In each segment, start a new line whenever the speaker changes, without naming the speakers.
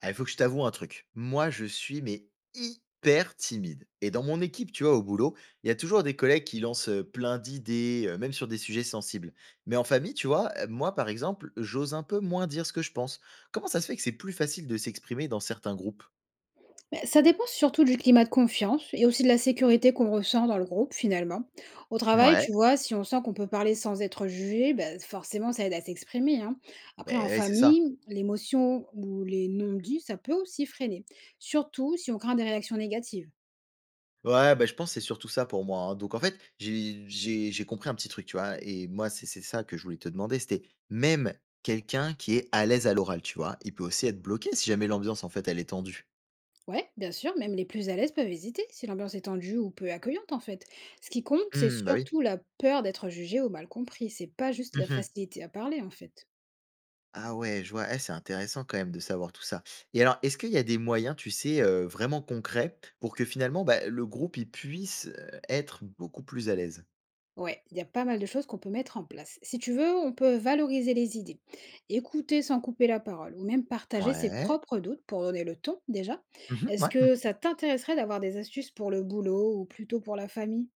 Ah, il faut que je t'avoue un truc. Moi, je suis mais hyper timide. Et dans mon équipe, tu vois, au boulot, il y a toujours des collègues qui lancent plein d'idées, même sur des sujets sensibles. Mais en famille, tu vois, moi, par exemple, j'ose un peu moins dire ce que je pense. Comment ça se fait que c'est plus facile de s'exprimer dans certains groupes?
Bah, ça dépend surtout du climat de confiance et aussi de la sécurité qu'on ressent dans le groupe finalement. Au travail,
Ouais,
tu vois, si on sent qu'on peut parler sans être jugé, ben forcément ça aide à s'exprimer, hein. Après, en
ben, c'est ça.
famille, l'émotion ou les non-dits, ça peut aussi freiner. Surtout si on craint des réactions négatives.
Ouais, bah, je pense que c'est surtout ça pour moi, hein. Donc en fait, j'ai compris un petit truc, tu vois. Et moi, c'est ça que je voulais te demander. C'était même quelqu'un qui est à l'aise à l'oral, tu vois. Il peut aussi être bloqué si jamais l'ambiance, en fait, elle est tendue.
Ouais, bien sûr, même les plus à l'aise peuvent hésiter si l'ambiance est tendue ou peu accueillante en fait. Ce qui compte, c'est
Mmh, bah, oui.
surtout la peur d'être jugé ou mal compris. C'est pas juste la
Mmh.
facilité à parler en fait.
Ah ouais, je vois. Eh, c'est intéressant quand même de savoir tout ça. Et alors, est-ce qu'il y a des moyens, tu sais, vraiment concrets pour que finalement, bah, le groupe, il puisse, être beaucoup plus à l'aise?
Ouais, il y a pas mal de choses qu'on peut mettre en place. Si tu veux, on peut valoriser les idées, écouter sans couper la parole, ou même partager ses
Ouais.
propres doutes pour donner le ton déjà.
Mmh. Ouais,
Est-ce
mmh.
que ça t'intéresserait d'avoir des astuces pour le boulot ou plutôt pour la famille?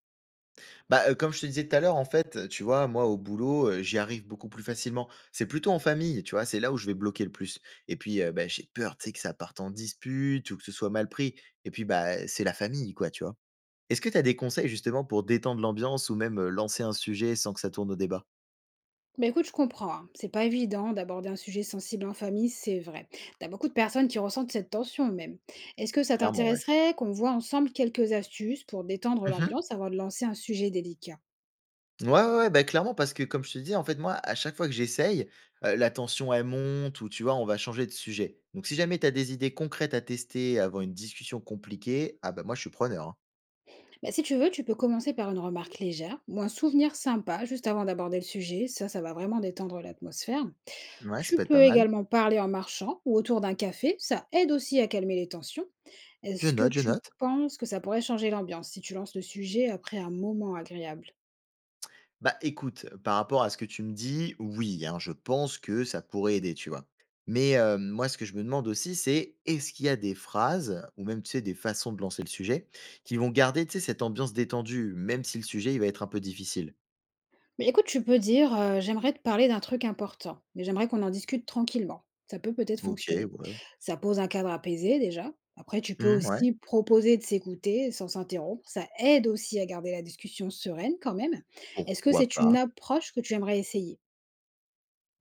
Bah, comme je te disais tout à l'heure, en fait, tu vois, moi, au boulot, j'y arrive beaucoup plus facilement. C'est plutôt en famille, tu vois? C'est là où je vais bloquer le plus. Et puis, bah, j'ai peur, tu sais, que ça parte en dispute ou que ce soit mal pris. Et puis, bah, c'est la famille, quoi, tu vois? Est-ce que tu as des conseils justement pour détendre l'ambiance ou même, lancer un sujet sans que ça tourne au débat?
Bah écoute, je comprends, hein. C'est pas évident d'aborder un sujet sensible en famille, c'est vrai. T'as beaucoup de personnes qui ressentent cette tension même. Est-ce que ça
Clairement, ouais.
t'intéresserait qu'on voit ensemble quelques astuces pour détendre
Mmh.
l'ambiance avant de lancer un sujet délicat?
Ouais, ouais, ouais, bah, clairement parce que comme je te dis, en fait, moi, à chaque fois que j'essaye, la tension, elle monte ou tu vois, on va changer de sujet. Donc si jamais tu as des idées concrètes à tester avant une discussion compliquée, ah bah, moi, je suis preneur, hein.
Bah, si tu veux, tu peux commencer par une remarque légère ou un souvenir sympa juste avant d'aborder le sujet. Ça va vraiment détendre l'atmosphère.
Ouais, ça
Tu
peut être pas
peux
mal.
également parler en marchant ou autour d'un café. Ça aide aussi à calmer les tensions.
Je
Est-ce que
note, je
tu
note.
penses que ça pourrait changer l'ambiance si tu lances le sujet après un moment agréable?
Bah, écoute, par rapport à ce que tu me dis, oui, hein, je pense que ça pourrait aider, tu vois. Mais moi, ce que je me demande aussi, c'est est-ce qu'il y a des phrases ou même, tu sais, des façons de lancer le sujet qui vont garder, tu sais, cette ambiance détendue, même si le sujet, il va être un peu difficile?
Mais écoute, tu peux dire, «J'aimerais te parler d'un truc important, mais j'aimerais qu'on en discute tranquillement». Ça peut peut-être
OK,
fonctionner.
ouais.
Ça pose un cadre apaisé déjà. Après, tu peux
Mmh, ouais.
aussi proposer de s'écouter sans s'interrompre. Ça aide aussi à garder la discussion sereine quand même. Est-ce que
Pourquoi
c'est
pas?
une approche que tu aimerais essayer?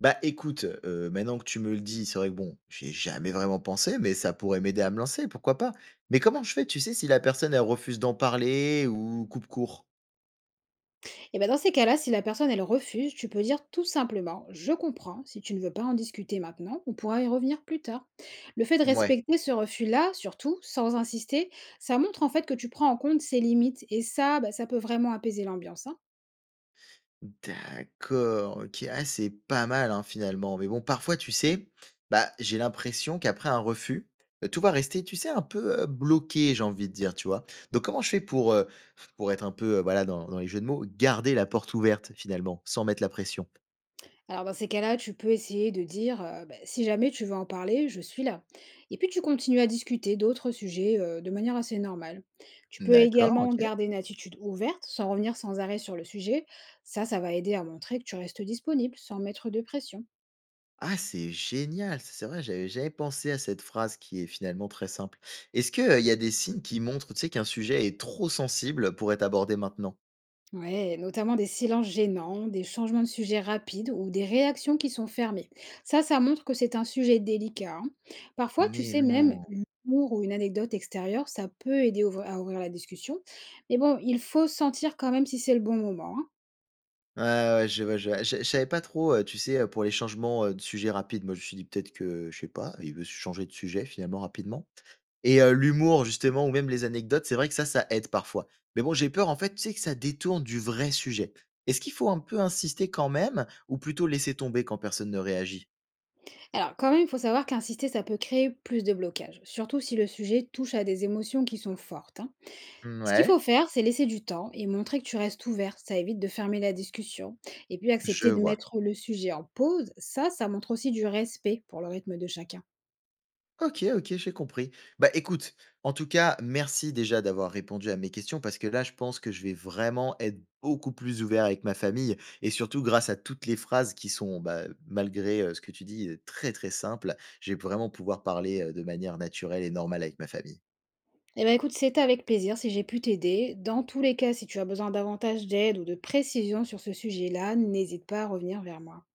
Bah, écoute, maintenant que tu me le dis, c'est vrai que bon, j'ai jamais vraiment pensé, mais ça pourrait m'aider à me lancer, pourquoi pas? Mais comment je fais, tu sais, si la personne, elle refuse d'en parler ou coupe court?
Et ben dans ces cas-là, si la personne elle refuse, tu peux dire tout simplement «Je comprends, si tu ne veux pas en discuter maintenant, on pourra y revenir plus tard». Le fait de
Ouais.
respecter ce refus-là, surtout, sans insister, ça montre en fait que tu prends en compte ses limites et ça, bah, ça peut vraiment apaiser l'ambiance, hein.
D'accord, OK. Ah, c'est pas mal, hein, finalement. Mais bon, parfois, tu sais, bah, j'ai l'impression qu'après un refus, tout va rester, tu sais, un peu, bloqué, j'ai envie de dire, tu vois? Donc comment je fais pour être un peu, voilà, dans les jeux de mots, garder la porte ouverte, finalement, sans mettre la pression?
Alors dans ces cas-là, tu peux essayer de dire, bah, si jamais tu veux en parler, je suis là. Et puis tu continues à discuter d'autres sujets, de manière assez normale. Tu peux
D'accord,
également
OK.
garder une attitude ouverte, sans revenir sans arrêt sur le sujet. Ça va aider à montrer que tu restes disponible, sans mettre de pression.
Ah, c'est génial, ça, c'est vrai, j'avais jamais pensé à cette phrase qui est finalement très simple. Est-ce que, il y a des signes qui montrent, tu sais, qu'un sujet est trop sensible pour être abordé maintenant?
Ouais, notamment des silences gênants, des changements de sujet rapides ou des réactions qui sont fermées. Ça montre que c'est un sujet délicat, hein. Parfois, tu
Mais
sais, même
non!
l'humour ou une anecdote extérieure, ça peut aider à ouvrir la discussion. Mais bon, il faut sentir quand même si c'est le bon moment, hein.
Ouais, ouais, je vois, je vois. Je savais pas trop, tu sais, pour les changements, de sujet rapides, moi je me suis dit peut-être que, je sais pas, il veut changer de sujet finalement rapidement et l'humour justement ou même les anecdotes, c'est vrai que ça aide parfois. Mais bon, j'ai peur en fait, tu sais, que ça détourne du vrai sujet. Est-ce qu'il faut un peu insister quand même ou plutôt laisser tomber quand personne ne réagit?
Alors, quand même, il faut savoir qu'insister, ça peut créer plus de blocages, surtout si le sujet touche à des émotions qui sont fortes, hein. Ce qu'il faut
Ouais.
faire, c'est laisser du temps et montrer que tu restes ouvert. Ça évite de fermer la discussion. Et puis
Je
accepter de
vois.
mettre le sujet en pause, ça montre aussi du respect pour le rythme de chacun.
OK, OK, j'ai compris. Bah, écoute, en tout cas, merci déjà d'avoir répondu à mes questions parce que là, je pense que je vais vraiment être beaucoup plus ouvert avec ma famille et surtout grâce à toutes les phrases qui sont, bah, malgré, ce que tu dis, très, très simples, je vais vraiment pouvoir parler, de manière naturelle et normale avec ma famille.
Eh bien écoute, c'était avec plaisir si j'ai pu t'aider. Dans tous les cas, si tu as besoin davantage d'aide ou de précision sur ce sujet-là, n'hésite pas à revenir vers moi.